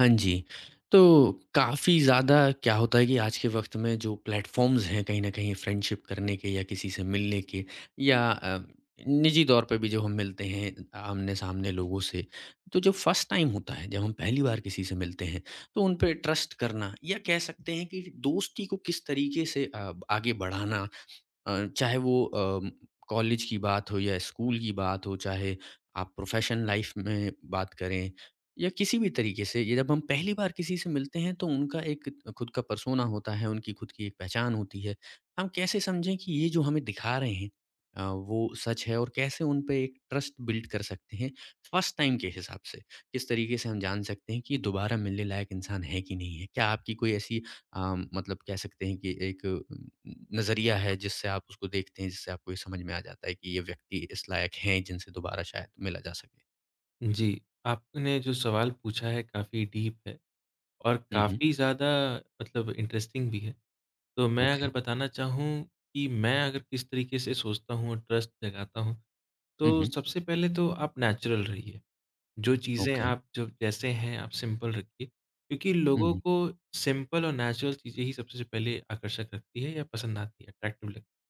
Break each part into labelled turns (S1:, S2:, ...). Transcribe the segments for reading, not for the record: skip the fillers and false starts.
S1: हाँ जी। तो काफ़ी ज़्यादा क्या होता है कि आज के वक़्त में जो प्लेटफ़ॉर्म्स हैं कहीं न कहीं फ्रेंडशिप करने के या किसी से मिलने के या निजी तौर पे भी जब हम मिलते हैं आमने-सामने लोगों से, तो जो फ़र्स्ट टाइम होता है, जब हम पहली बार किसी से मिलते हैं, तो उन पे ट्रस्ट करना या कह सकते हैं कि दोस्ती को किस तरीके से आगे बढ़ाना, चाहे वो कॉलेज की बात हो या स्कूल की बात हो, चाहे आप प्रोफेशन लाइफ में बात करें या किसी भी तरीके से, ये जब हम पहली बार किसी से मिलते हैं तो उनका एक खुद का पर्सोना होता है, उनकी खुद की एक पहचान होती है। हम कैसे समझें कि ये जो हमें दिखा रहे हैं वो सच है और कैसे उन पे एक ट्रस्ट बिल्ड कर सकते हैं फर्स्ट टाइम के हिसाब से? किस तरीके से हम जान सकते हैं कि ये दोबारा मिलने लायक इंसान है कि नहीं है? क्या आपकी कोई ऐसी, मतलब कह सकते हैं कि एक नज़रिया है जिससे आप उसको देखते हैं, जिससे आपको ये समझ में आ जाता है कि ये व्यक्ति इस लायक हैं जिनसे दोबारा शायद मिला जा सके।
S2: जी, आपने जो सवाल पूछा है काफ़ी डीप है और
S1: हुँ, हुँ,
S2: काफ़ी ज़्यादा मतलब इंटरेस्टिंग भी है। तो मैं अगर
S1: ओके।
S2: बताना चाहूँ कि मैं अगर किस तरीके से सोचता हूँ और ट्रस्ट जगाता हूँ,
S1: हुँ,
S2: तो
S1: हुँ,
S2: सबसे पहले तो आप नेचुरल रहिए। जो चीज़ें
S1: ओके।
S2: आप जब जैसे हैं आप सिंपल रखिए, क्योंकि
S1: हुँ,
S2: लोगों
S1: हुँ,
S2: को सिंपल और नेचुरल चीज़ें ही सबसे पहले आकर्षक रखती है या पसंद आती है, अट्रैक्टिव लगती है।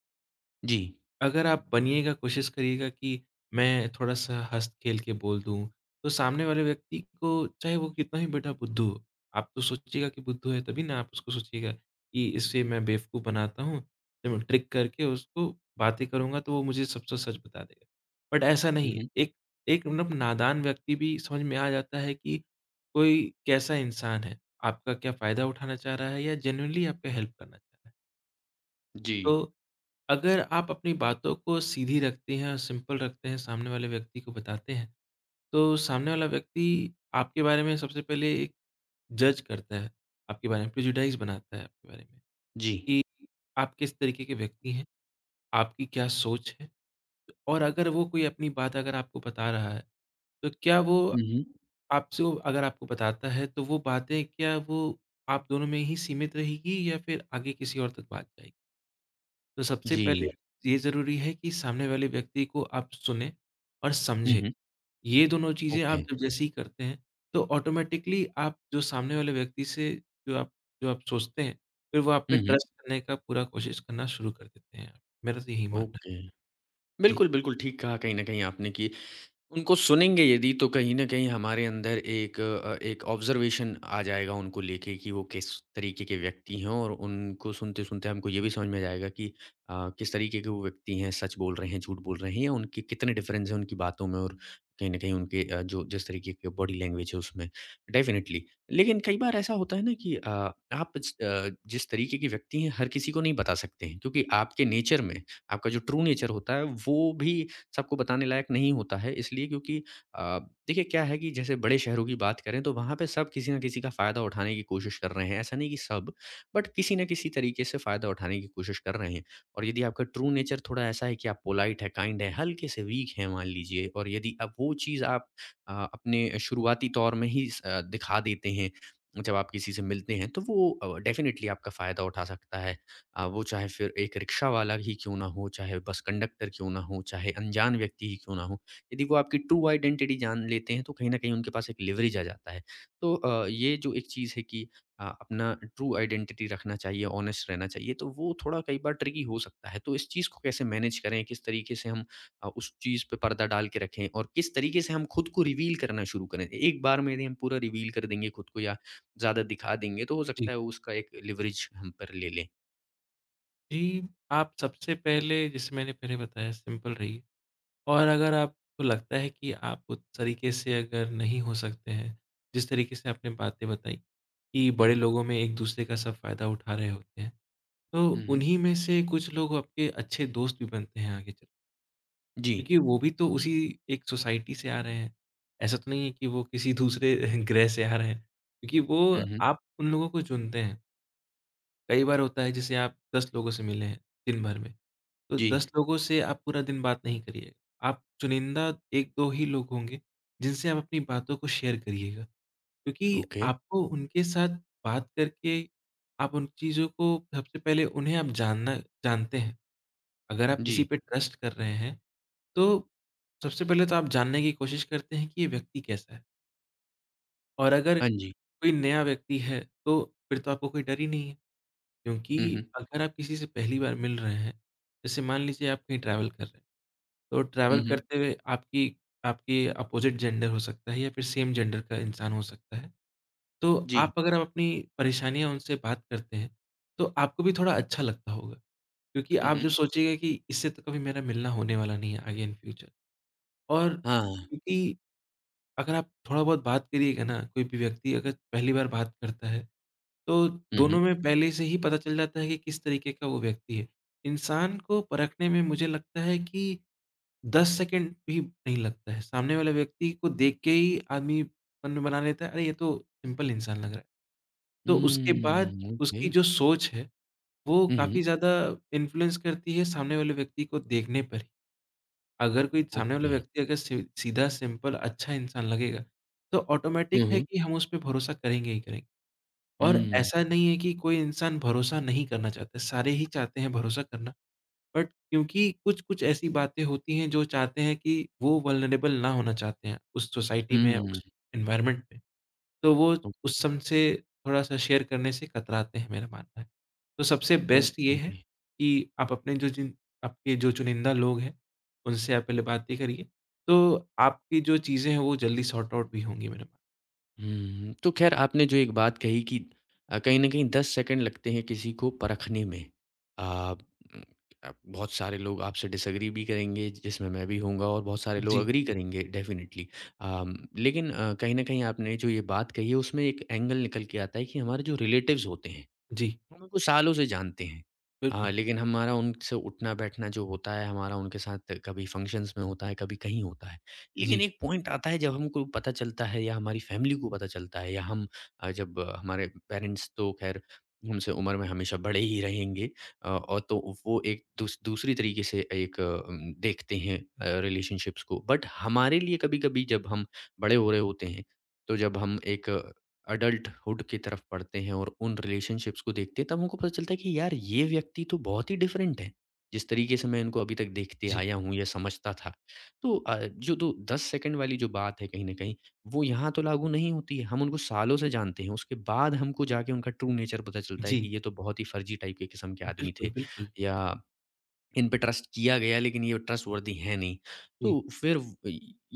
S1: जी।
S2: अगर आप बनिएगा, कोशिश करिएगा कि मैं थोड़ा-सा हँस-खेल के बोल दूँ, तो सामने वाले व्यक्ति को चाहे वो कितना ही बड़ा बुद्धू हो, आप तो सोचिएगा कि बुद्धू है तभी ना आप उसको सोचिएगा कि इससे मैं बेवकूफ़ बनाता हूँ, तो मैं ट्रिक करके उसको बातें करूँगा तो वो मुझे सब स सच बता देगा। बट ऐसा
S1: हुँ,
S2: नहीं है,
S1: हुँ,
S2: एक एक मतलब नादान व्यक्ति भी समझ में आ जाता है कि कोई कैसा इंसान है, आपका क्या फ़ायदा उठाना चाह रहा है या जेनुइनली आपका हेल्प करना चाह रहा है।
S1: जी,
S2: तो अगर आप अपनी बातों को सीधी रखते हैं और सिंपल रखते हैं, सामने वाले व्यक्ति को बताते हैं, तो सामने वाला व्यक्ति आपके बारे में सबसे पहले एक जज करता है, आपके बारे में प्रेजुडाइज़ बनाता है आपके बारे में
S1: जी।
S2: कि आप किस तरीके के व्यक्ति हैं, आपकी क्या सोच है और अगर वो कोई अपनी बात अगर आपको बता रहा है, तो क्या वो
S1: हुँ, हुँ,
S2: आपसे वो अगर आपको बताता है, तो वो बातें क्या वो आप दोनों में ही सीमित रहेगी या फिर आगे किसी और तक बात जाएगी? तो सबसे
S1: जी।
S2: पहले ये ज़रूरी है कि सामने वाले व्यक्ति को आप सुनें और
S1: हुँ,
S2: समझें।
S1: हुँ,
S2: ये दोनों चीज़ें
S1: ओके।
S2: आप जब जैसे ही करते हैं, तो ऑटोमैटिकली आप जो सामने वाले व्यक्ति से जो आप जो आप सोचते हैं, फिर वो आप पे
S1: हुँ, हुँ,
S2: ट्रस्ट करने का पूरा कोशिश करना शुरू कर देते हैं। मेरा तो यही मानना है।
S1: ओके।
S2: जी,
S1: बिल्कुल, बिल्कुल ठीक कहा कहीं न कहीं आपने कि उनको सुनेंगे यदि, तो कहीं न कहीं हमारे अंदर एक एक ऑब्ज़र्वेशन आ जाएगा उनको लेके कि वो किस तरीके के व्यक्ति हैं, और उनको सुनते-सुनते हमको ये भी समझ में आ जाएगा कि किस तरीके के वो व्यक्ति हैं, सच बोल रहे हैं, झूठ बोल रहे हैं या उनके कितने डिफ़रेंस हैं उनकी बातों में और कहीं न कहीं उनके जो जिस तरीके के बॉडी लैंग्वेज है उसमें, डेफ़िनेटली। लेकिन कई बार ऐसा होता है ना कि जिस तरीके के व्यक्ति हैं हर किसी को नहीं बता सकते हैं क्योंकि आपके नेचर में, आपका जो ट्रू नेचर होता है वो भी सबको बताने लायक नहीं होता है, इसलिए क्योंकि अ, देखिए क्या है कि जैसे बड़े शहरों की बात करें तो वहाँ पे सब किसी ना किसी का फ़ायदा उठाने की कोशिश कर रहे हैं। ऐसा नहीं कि सब, बट किसी ना किसी तरीके से फ़ायदा उठाने की कोशिश कर रहे हैं, और यदि आपका ट्रू नेचर थोड़ा ऐसा है कि आप पोलाइट है, काइंड है, हल्के से वीक हैं मान लीजिए, और यदि अब वो चीज़ आप अपने शुरुआती तौर में ही स दिखा देते हैं, जब आप किसी से मिलते हैं, तो वो डेफ़िनिटली आपका फ़ायदा उठा सकता है। वो चाहे फिर एक रिक्शा वाला ही क्यों ना हो, चाहे बस कंडक्टर क्यों ना हो, चाहे अनजान व्यक्ति ही क्यों ना हो। यदि वो आपकी ट्रू आइडेंटिटी जान लेते हैं, तो कहीं न कहीं उनके पास एक लिवरेज आ जाता है। तो ये जो एक चीज़ है कि अपना ट्रू आइडेंटिटी रखना चाहिए, ऑनेस्ट रहना चाहिए, तो वो थोड़ा कई बार ट्रिकी हो सकता है। तो इस चीज़ को कैसे मैनेज करें, किस तरीके से हम उस चीज़ पे पर्दा डाल के रखें और किस तरीके से हम खुद को रिवील करना शुरू करें? एक बार में यदि हम पूरा रिवील कर देंगे खुद को या ज़्यादा दिखा देंगे, तो हो सकता
S2: जी।
S1: है उसका एक लिवरेज हम पर ले लें।
S2: जी, आप सबसे पहले जैसे मैंने पहले बताया सिंपल रहिए और अगर आपको लगता है कि आप उस तरीके से अगर नहीं हो सकते हैं, जिस तरीके से आपने बातें बताई कि
S1: हुँ,
S2: बड़े
S1: हुँ।
S2: लोगों में एक-दूसरे का सब फ़ायदा उठा रहे होते हैं। तो
S1: हुँ, हुँ।
S2: उन्हीं में से कुछ लोग आपके अच्छे दोस्त भी बनते हैं आगे चल
S1: जी।
S2: क्योंकि वो भी तो उसी एक सोसाइटी से आ रहे हैं। ऐसा तो नहीं है कि वो किसी दूसरे ग्रह से आ रहे हैं, क्योंकि
S1: हुँ,
S2: वो
S1: हुँ।
S2: आप उन लोगों को चुनते हैं। कई बार होता है जैसे आप 10 लोगों से मिले हैं दिन भर में, तो
S1: जी।
S2: 10 लोगों से आप पूरा दिन बात नहीं करिएगा। आप चुनिंदा 1-2 ही लोग होंगे जिनसे आप अपनी बातों को शेयर करिएगा। क्योंकि
S1: ओके।
S2: आपको उनके साथ बात करके आप उन चीज़ों को सबसे पहले उन्हें आप जानना जानते हैं। अगर आप किसी
S1: जी।
S2: पे ट्रस्ट कर रहे हैं, तो सबसे पहले तो आप जानने की कोशिश करते हैं कि ये व्यक्ति कैसा है। और अगर
S1: हाँ
S2: कोई
S1: जी।
S2: नया व्यक्ति है, तो फिर तो आपको कोई डर ही नहीं है, क्योंकि
S1: हुँ, हुँ।
S2: अगर आप किसी से पहली बार मिल रहे हैं, जैसे मान लीजिए आप कहीं ट्रैवल कर रहे हैं, तो
S1: हुँ,
S2: ट्रैवल
S1: हुँ।
S2: करते हुए आपकी आपके अपोज़िट जेंडर हो सकता है या फिर सेम जेंडर का इंसान हो सकता है। तो
S1: जी।
S2: आप अगर आप अपनी परेशानियाँ उनसे बात करते हैं, तो आपको भी थोड़ा अच्छा लगता होगा। क्योंकि
S1: हुँ,
S2: आप जो
S1: हुँ।
S2: सोचिएगा कि इससे तो कभी मेरा मिलना होने वाला नहीं है आगे इन फ्यूचर और
S1: हाँ।
S2: क्योंकि अगर आप थोड़ा बहुत बात करिएगा ना, कोई भी व्यक्ति अगर पहली बार बात करता है, तो
S1: हुँ,
S2: दोनों
S1: हुँ।
S2: में पहले से ही पता चल जाता है कि किस तरीके का वो व्यक्ति है। इंसान को परखने में मुझे लगता है कि 10 सेकंड भी नहीं लगता है। सामने वाले व्यक्ति को देख के ही आदमी मन में बना लेता है, अरे! ये तो सिंपल इंसान लग रहा है। तो उसके बाद
S1: ओके।
S2: उसकी जो सोच है, वो
S1: हुँ, हुँ।
S2: काफ़ी ज़्यादा इन्फ्लुएंस करती है सामने वाले व्यक्ति को देखने पर ही। अगर कोई सामने वाला
S1: ओके।
S2: व्यक्ति अगर सी सीधा, सिंपल, अच्छा इंसान लगेगा, तो
S1: हुँ,
S2: ऑटोमैटिक है
S1: हुँ।
S2: कि हम उस पे भरोसा करेंगे ही करेंगे। और
S1: हुँ।
S2: ऐसा नहीं है कि कोई इंसान भरोसा नहीं करना चाहता, सारे ही चाहते हैं भरोसा करना। बट क्योंकि कुछ-कुछ ऐसी बातें होती हैं जो चाहते हैं कि वो वल्नरेबल ना होना चाहते हैं, उस सोसाइटी में,
S1: हुँ।
S2: उस एनवायरनमेंट में। तो वो
S1: ओ
S2: उस सम से थोड़ा-सा शेयर करने से कतराते हैं, मेरा मानना है। तो सबसे बेस्ट ये
S1: ओके।
S2: है कि आप अपने जो जिन आपके जो चुनिंदा लोग हैं, उनसे आप पहले बातें करिए, तो आपकी जो चीज़ें हैं, वो जल्दी सॉर्ट आउट भी होंगी मेरे मा
S1: हुँ। तो ख़ैर आपने जो एक बात कही कि कहीं न कहीं 10 सेकंड लगते हैं किसी को परखने में। अ, उम, बहुत सारे लोग आपसे डिसएग्री भी करेंगे जिसमें मैं भी होऊँगा और बहुत सारे लोग
S2: जी,
S1: एग्री करेंगे डेफ़िनिटली। लेकिन कहीं न कहीं आपने जो ये बात कही है उसमें एक एंगल निकल के आता है कि हमारे जो रिलेटिव्स होते हैं,
S2: जी,
S1: हम उनको सालों से जानते हैं।
S2: बिल्कुल।
S1: लेकिन हमारा उनसे उठना-बैठना जो होता है, हमारा उनके साथ कभी फ़ंक्शंस में होता है, कभी कहीं होता है। लेकिन
S2: जी,
S1: एक पॉइंट आता है जब हमको पता चलता है या हमारी फ़ैमिली को पता चलता है या हम, हमारे पेरेंट्स तो ख़ैर हमसे उम्र में हमेशा बड़े ही रहेंगे, अ, और तो वो एक दूसरी तरीके से एक, देखते हैं रिलेशनशिप्स को। बट हमारे लिए कभी-कभी जब हम बड़े हो रहे होते हैं, तो जब हम एक अडल्टहुड की तरफ बढ़ते हैं और उन रिलेशनशिप्स को देखते हैं, तब हमको पता चलता है कि यार ये व्यक्ति तो बहुत ही डिफरेंट है जिस तरीके से मैं इनको अभी तक देखते
S2: जी,
S1: आया हूँ या समझता था। तो जो तो 10 सेकंड वाली जो बात है कहीं ना कहीं वो यहाँ तो लागू नहीं होती है। हम उनको सालों से जानते हैं, उसके बाद हमको जाके उनका ट्रू नेचर पता चलता है कि
S2: जी,
S1: ये तो बहुत ही फर्जी टाइप के किस्म के आदमी
S2: बिल्कुल,
S1: थे,
S2: बिल्कुल।
S1: या इन पे ट्रस्ट किया गया लेकिन ये ट्रस्ट वर्दी है नहीं। तो
S2: जी,
S1: फिर व-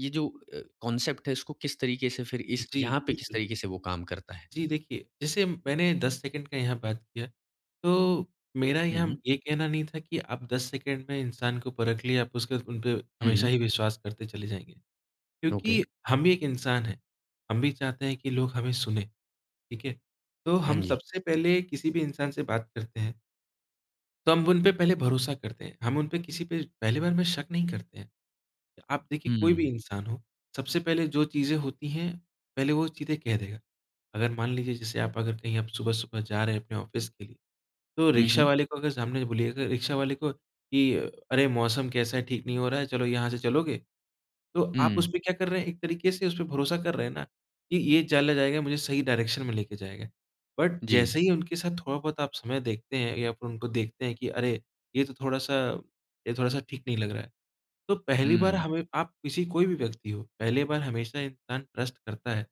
S1: ये जो कॉन्सेप्ट है इसको किस तरीके से, फिर इस
S2: जी,
S1: यहाँ पे किस
S2: बिल्कुल।
S1: तरीके से वो काम करता है?
S2: जी, देखिए, जैसे मैंने 10 सेकंड का यहाँ बात किया, तो मेरा
S1: हुँ,
S2: यहाँ
S1: हुँ।
S2: ये कहना नहीं था कि आप 10 सेकंड में इंसान को परख लिए, आप उसके उन पे
S1: हुँ,
S2: हमेशा
S1: हुँ।
S2: ही विश्वास करते चले जाएँगे।
S1: ओके।
S2: क्योंकि हम भी एक इंसान हैं, हम भी चाहते हैं कि लोग हमें सुनें, ठीक है? तो
S1: हाँ
S2: हम
S1: जी।
S2: सबसे पहले किसी भी इंसान से बात करते हैं, तो हम उन पे पहले भरोसा करते हैं, हम उन पे किसी पे पहली बार में शक नहीं करते हैं। आप देखिए कोई भी
S1: हुँ।
S2: इंसान हो, सबसे पहले जो चीज़ें होती हैं, पहले वो चीज़ें कह देगा। अगर मान लीजिए जैसे आप अगर कहीं आप सुबह-सुबह जा रहे हैं अपने ऑफ़िस के लिए, तो
S1: हुँ,
S2: रिक्शा
S1: हुँ।
S2: वाले को अगर सामने बोलिएगा रिक्शा वाले को कि अरे! मौसम कैसा है, ठीक नहीं हो रहा है, चलो यहाँ से चलोगे? तो आप उस
S1: हुँ।
S2: पे क्या कर रहे हैं, एक तरीके से उस पे भरोसा कर रहे हैं ना, कि ये चला जाएगा, मुझे सही डायरेक्शन में लेके जाएगा। बट
S1: जी।
S2: जैसे ही उनके साथ थोड़ा बहुत आप समय देखते हैं या फिर उनको देखते हैं कि अरे! ये तो थोड़ा-सा ये थोड़ा-सा ठीक नहीं लग रहा है। तो पहली बार
S1: हुँ।
S2: हमें आप किसी कोई भी व्यक्ति हो, पहली बार हमेशा इंसान ट्रस्ट करता है।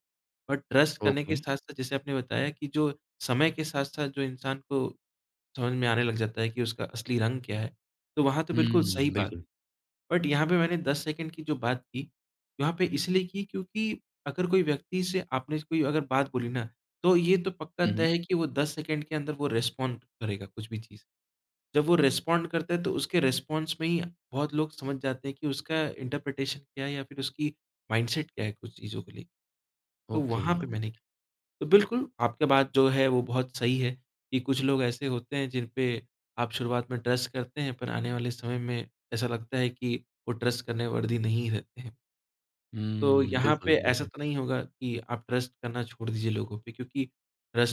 S2: और ट्रस्ट करने
S1: ओके।
S2: के साथ-साथ जैसे आपने बताया कि जो समय के साथ-साथ जो इंसान को समझ में आने लग जाता है कि उसका असली रंग क्या है, तो वहाँ तो बिल्कुल
S1: हुँ,
S2: सही बात है।
S1: बिल्कुल।
S2: बट यहाँ पे मैंने 10 सेकंड की जो बात की, यहाँ पे इसलिए की क्योंकि अगर कोई व्यक्ति से आपने कोई अगर बात बोली ना, तो ये तो पक्का
S1: हुँ,
S2: तय
S1: हुँ।
S2: है कि वो 10 सेकंड के अंदर वो रिस्पॉन्ड करेगा कुछ भी चीज़। जब वो रिस्पॉन्ड करता है तो उसके रिस्पॉन्स में ही बहुत लोग समझ जाते हैं कि उसका इंटरप्रिटेशन क्या है या फिर उसकी माइंडसेट क्या है कुछ चीज़ों को लेके। तो
S1: ओके।
S2: वहाँ पे मैंने की। तो बिल्कुल, आपका बात जो है वो बहुत सही है कि कुछ लोग ऐसे होते हैं जिन पे आप शुरुआत में ट्रस्ट करते हैं, पर आने वाले समय में ऐसा लगता है कि वो ट्रस्ट करने वर्दी नहीं रहते हैं। तो
S1: हुँ,
S2: यहाँ
S1: बिल्कुल,
S2: पे ऐसा
S1: बिल्कुल।
S2: तो नहीं होगा कि आप ट्रस्ट करना छोड़ दीजिए लोगों पे क्योंकि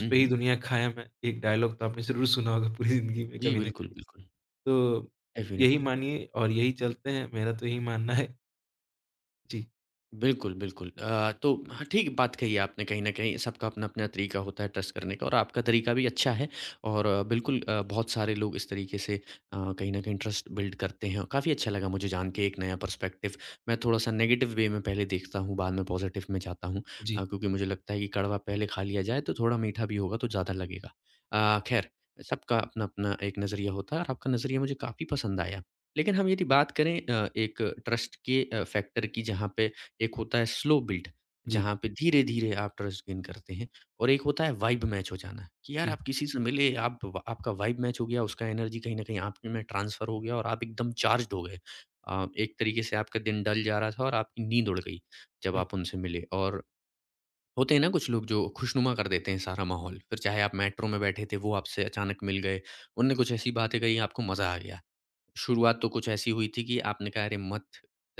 S1: हुँ,
S2: पे ही
S1: हुँ।
S2: दुनिया कायम है। एक डायलॉग तो आपने ज़रूर सुना होगा पूरी ज़िंदगी में
S1: जी,
S2: कभी ना
S1: बिल्कुल,
S2: कभी।
S1: बिल्कुल।
S2: तो यही
S1: डेफ़िनिटली।
S2: मानिए और यही चलते हैं, मेरा तो यही मानना है। जी,
S1: बिल्कुल, बिल्कुल। तो हाँ, ठीक बात कही आपने, कहीं न कहीं सबका अपना-अपना तरीका होता है ट्रस्ट करने का और आपका तरीका भी अच्छा है और बिल्कुल, बहुत सारे लोग इस तरीके से कहीं न कहीं ट्रस्ट बिल्ड करते हैं। काफ़ी अच्छा लगा मुझे जान के एक नया पर्सपेक्टिव। मैं थोड़ा-सा नेगेटिव वे में पहले देखता हूँ, बाद में पॉज़िटिव में जाता हूँ,
S2: जी,
S1: क्योंकि मुझे लगता है कि कड़वा पहले खा लिया जाए तो थोड़ा मीठा भी होगा तो ज़्यादा लगेगा। ख़ैर, सबका अपना-अपना एक नज़रिया होता है और आपका नज़रिया मुझे काफ़ी पसंद आया। लेकिन हम यदि बात करें एक ट्रस्ट के फैक्टर की, जहाँ पे एक होता है स्लो बिल्ड,
S2: जी,
S1: जहाँ पे धीरे-धीरे आप ट्रस्ट गेन करते हैं, और एक होता है वाइब मैच हो जाना, कि यार
S2: जी,
S1: आप किसी से मिले, आप व आपका वाइब मैच हो गया, उसका एनर्जी कहीं न कहीं आप में ट्रांसफ़र हो गया और आप एकदम चार्ज्ड हो गए। एक तरीके से आपका दिन डल जा रहा था और आपकी नींद उड़ गई जब आप
S2: बिल्कुल।
S1: उनसे मिले। और होते हैं ना कुछ लोग जो खुशनुमा कर देते हैं सारा माहौल, फिर चाहे आप मेट्रो में बैठे थे वो आपसे अचानक मिल गए, उनने कुछ ऐसी बातें कही आपको मज़ा आ गया। शुरुआत तो कुछ ऐसी हुई थी कि आपने कहा अरे मत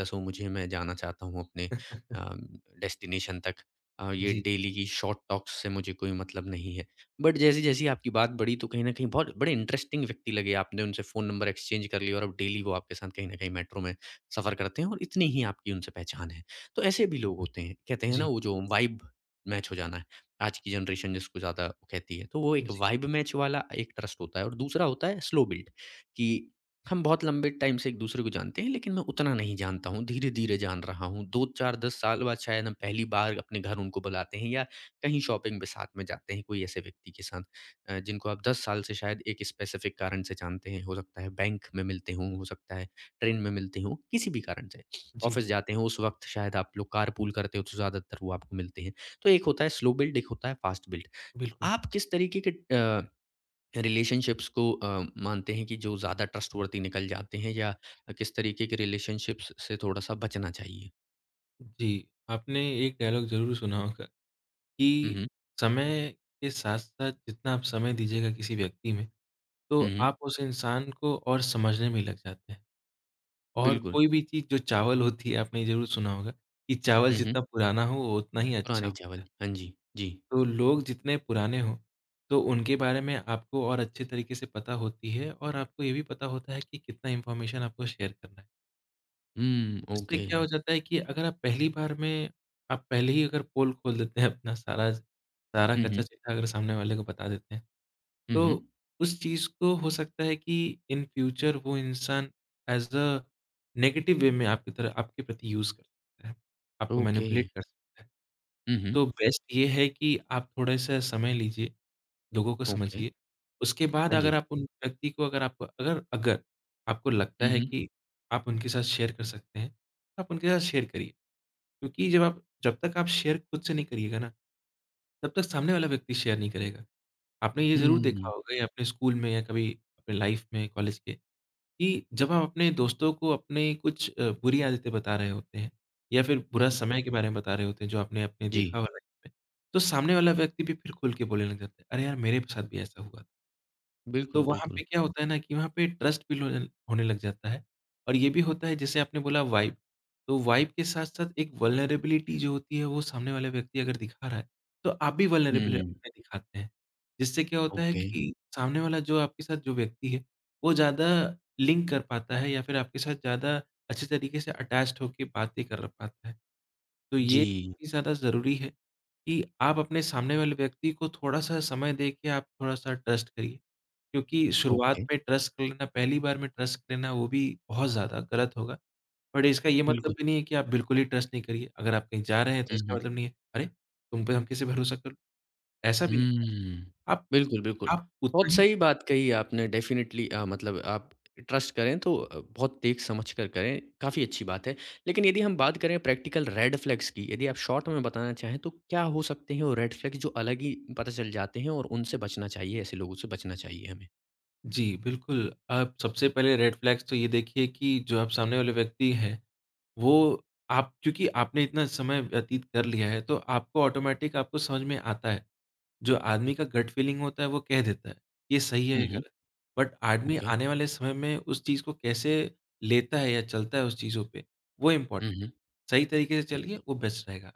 S1: दसो मुझे, मैं जाना चाहता हूँ अपने डेस्टिनेशन तक, ये
S2: जी,
S1: डेली की शॉर्ट टॉक्स से मुझे कोई मतलब नहीं है, बट जैसी जैसी आपकी बात बढ़ी तो कहीं ना कहीं बहुत बड़े इंटरेस्टिंग व्यक्ति लगे, आपने उनसे फ़ोन नंबर एक्सचेंज कर लिया और अब डेली वो आपके साथ कहीं ना कहीं मेट्रो में सफ़र करते हैं और इतनी ही आपकी उनसे पहचान है। तो ऐसे भी लोग होते हैं, कहते हैं ना
S2: जी,
S1: वो जो वाइब मैच हो जाना है, आज की जनरेशन जिसको ज़्यादा कहती है, तो वो एक
S2: जी,
S1: वाइब मैच वाला एक ट्रस्ट होता है, और दूसरा होता है स्लो बिल्ड, कि हम बहुत लंबे टाइम से एक-दूसरे को जानते हैं, लेकिन मैं उतना नहीं जानता हूँ, धीरे-धीरे जान रहा हूँ। 2, 4, 10 साल बाद शायद हम पहली बार अपने घर उनको बुलाते हैं या कहीं शॉपिंग पे साथ में जाते हैं, कोई ऐसे व्यक्ति के साथ जिनको आप 10 साल से शायद एक स्पेसिफ़िक कारण से जानते हैं। हो सकता है बैंक में मिलते हों, हो सकता है ट्रेन में मिलते हों, किसी भी कारण से।
S2: जी,
S1: ऑफ़िस जाते हों, उस वक़्त शायद आप लोग कारपूल करते हो, तो ज़्यादातर वो आपको मिलते हैं। तो एक होता है स्लो बिल्ड, एक होता है फ़ास्ट बिल्ड।
S2: बिल्कुल।
S1: आप किस तरीके के रिलेशनशिप्स को मानते हैं कि जो ज़्यादा ट्रस्टवर्थी निकल जाते हैं, या किस तरीके के रिलेशनशिप्स से थोड़ा-सा बचना चाहिए?
S2: जी, आपने एक डायलॉग ज़रूर सुना होगा
S1: हुँ,
S2: कि
S1: हुँ।
S2: समय के साथ-साथ जितना आप समय दीजिएगा किसी व्यक्ति में, तो
S1: हुँ, हुँ,
S2: आप उस इंसान को और समझने में लग जाते हैं। और
S1: बिल्कुल।
S2: कोई भी चीज़ जो चावल होती है, आपने ये ज़रूर सुना होगा कि चावल
S1: हुँ, हुँ,
S2: जितना पुराना हो, वो उतना ही अच्छा
S1: पुराने
S2: होता
S1: चावल।
S2: है।
S1: हाँ जी, जी।
S2: तो लोग जितने पुराने हों, तो उनके बारे में आपको और अच्छे तरीके से पता होती है और आपको ये भी पता होता है कि कितना इन्फॉर्मेशन आपको शेयर करना है।
S1: हुँ,
S2: इससे
S1: ओके।
S2: क्या हो जाता है कि अगर आप पहली बार में आप पहले ही अगर पोल खोल देते हैं अपना सारा सारा
S1: हुँ, हुँ।
S2: कच्चा-चिट्ठा अगर सामने वाले को बता देते हैं,
S1: हुँ, हुँ,
S2: तो उस चीज़ को हो सकता है कि इन फ्यूचर वो इंसान एज़ अ नेगेटिव वे में आपकी तरह आपके प्रति यूज़ कर सकता है, आपको
S1: ओके।
S2: मैनिपुलेट कर सकता है।
S1: हुँ, हुँ,
S2: तो बेस्ट ये है कि आप थोड़ा-सा समय लीजिए लोगों को
S1: ओके।
S2: समझिए। उसके बाद
S1: हाँ
S2: अगर
S1: जी।
S2: आप उन व्यक्ति को अगर आपको अगर अगर आपको लगता
S1: हुँ,
S2: है
S1: हुँ।
S2: कि आप उनके साथ शेयर कर सकते हैं, तो आप उनके साथ शेयर करिए। क्योंकि जब तक आप शेयर खुद से नहीं करिएगा ना, तब तक सामने वाला व्यक्ति शेयर नहीं करेगा। आपने ये ज़रूर देखा
S1: हुँ,
S2: होगा या अपने स्कूल में या कभी अपने लाइफ़ में, कॉलेज के, कि जब आप अपने दोस्तों को अपने कुछ बुरी आदतें बता रहे होते हैं या फिर
S1: हुँ।
S2: बुरा
S1: हुँ,
S2: समय के बारे में बता रहे होते हैं, जो आपने अपने
S1: जी,
S2: देखा हुआ लाइफ़ में, तो सामने वाला व्यक्ति भी फिर खुल के बोलने लग जाता है, "अरे यार! मेरे साथ भी ऐसा हुआ था।" तो
S1: बिल्कुल,
S2: वहाँ
S1: बिल्कुल।
S2: पे क्या होता है ना कि वहाँ पे ट्रस्ट बिल्ड होने होने लग जाता है और ये भी होता है जैसे आपने बोला वाइब, तो वाइब के साथ-साथ एक वल्नरेबिलिटी जो होती है वो सामने वाला व्यक्ति अगर दिखा रहा है, तो आप भी वल्नरेबल
S1: हुँ,
S2: अपना दिखाते हैं। जिससे क्या होता है
S1: ओके।
S2: कि सामने वाला जो आपके साथ जो व्यक्ति है, वो ज़्यादा लिंक कर पाता है या फिर आपके साथ ज़्यादा अच्छे तरीके से अटैच्ड होके बातें कर पाता है। तो ये
S1: जी,
S2: भी ज़्यादा ज़रूरी है कि आप अपने सामने वाले व्यक्ति को थोड़ा-सा समय दे के आप थोड़ा-सा ट्रस्ट करिए। क्योंकि शुरुआत
S1: ओके,
S2: में ट्रस्ट कर लेना पहली बार में ट्रस्ट लेना वो भी बहुत ज़्यादा गलत होगा। बट इसका ये मतलब
S1: बिल्कुल।
S2: भी नहीं है कि आप बिल्कुल ही ट्रस्ट नहीं करिए। अगर आप कहीं जा रहे हैं तो
S1: हुँ,
S2: इसका
S1: हुँ।
S2: मतलब नहीं है, अरे! तुम पे हम कैसे भरोसा कर ऐसा भी नहीं होना
S1: हुँ।
S2: चाहिए। आप
S1: बिल्कुल, बिल्कुल।
S2: आप
S1: बहुत
S2: उतना ही
S1: सही बात कही आपने डेफ़िनेटली, मतलब आप ट्रस्ट करें तो बहुत देख समझ कर करें, काफ़ी अच्छी बात है। लेकिन यदि हम बात करें प्रैक्टिकल रेड फ्लैग्स की, यदि आप शॉर्ट में बताना चाहें, तो क्या हो सकते हैं वो रेड फ्लैग्स जो अलग ही पता चल जाते हैं और उनसे बचना चाहिए, ऐसे लोगों से बचना चाहिए हमें?
S2: जी, बिल्कुल। आप सबसे पहले रेड फ्लैग्स तो ये देखिए कि जो आप सामने वाले व्यक्ति हैं, वो आप क्योंकि आपने इतना समय व्यतीत कर लिया है, तो आपको ऑटोमैटिक आपको समझ में आता है। जो आदमी का गट फीलिंग होता है वो कह देता है, ये सही है,
S1: हुँ,
S2: ये
S1: हुँ।
S2: गलत। बट आदमी
S1: ओके।
S2: आने वाले समय में उस चीज़ को कैसे लेता है या चलता है उस चीज़ों पे, वो इम्पोर्टेंट
S1: हुँ,
S2: सही तरीके से
S1: हुँ।
S2: चलिए वो बेस्ट रहेगा।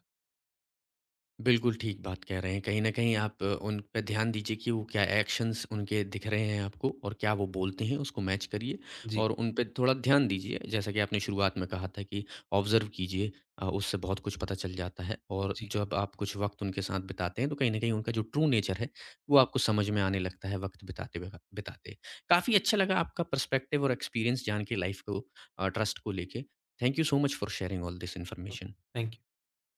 S1: बिल्कुल ठीक बात कह रहे हैं। कहीं न कहीं आप उन पे ध्यान दीजिए कि वो क्या एक्शंस उनके दिख रहे हैं आपको और क्या वो बोलते हैं, उसको मैच करिए
S2: जी,
S1: और उन पे थोड़ा ध्यान दीजिए। जैसा कि आपने शुरुआत में कहा था कि ऑब्ज़र्व कीजिए, उससे बहुत कुछ पता चल जाता है और
S2: जी।
S1: जब आप कुछ वक़्त उनके साथ बिताते हैं, तो कहीं न कहीं उनका जो ट्रू नेचर है, वो आपको समझ में आने लगता है वक़्त बिताते। काफ़ी अच्छा लगा आपका पर्सपेक्टिव और एक्सपीरियंस जान के लाइफ़ को, ट्रस्ट को लेके। Thank you so much for sharing all this information.
S2: Thank you.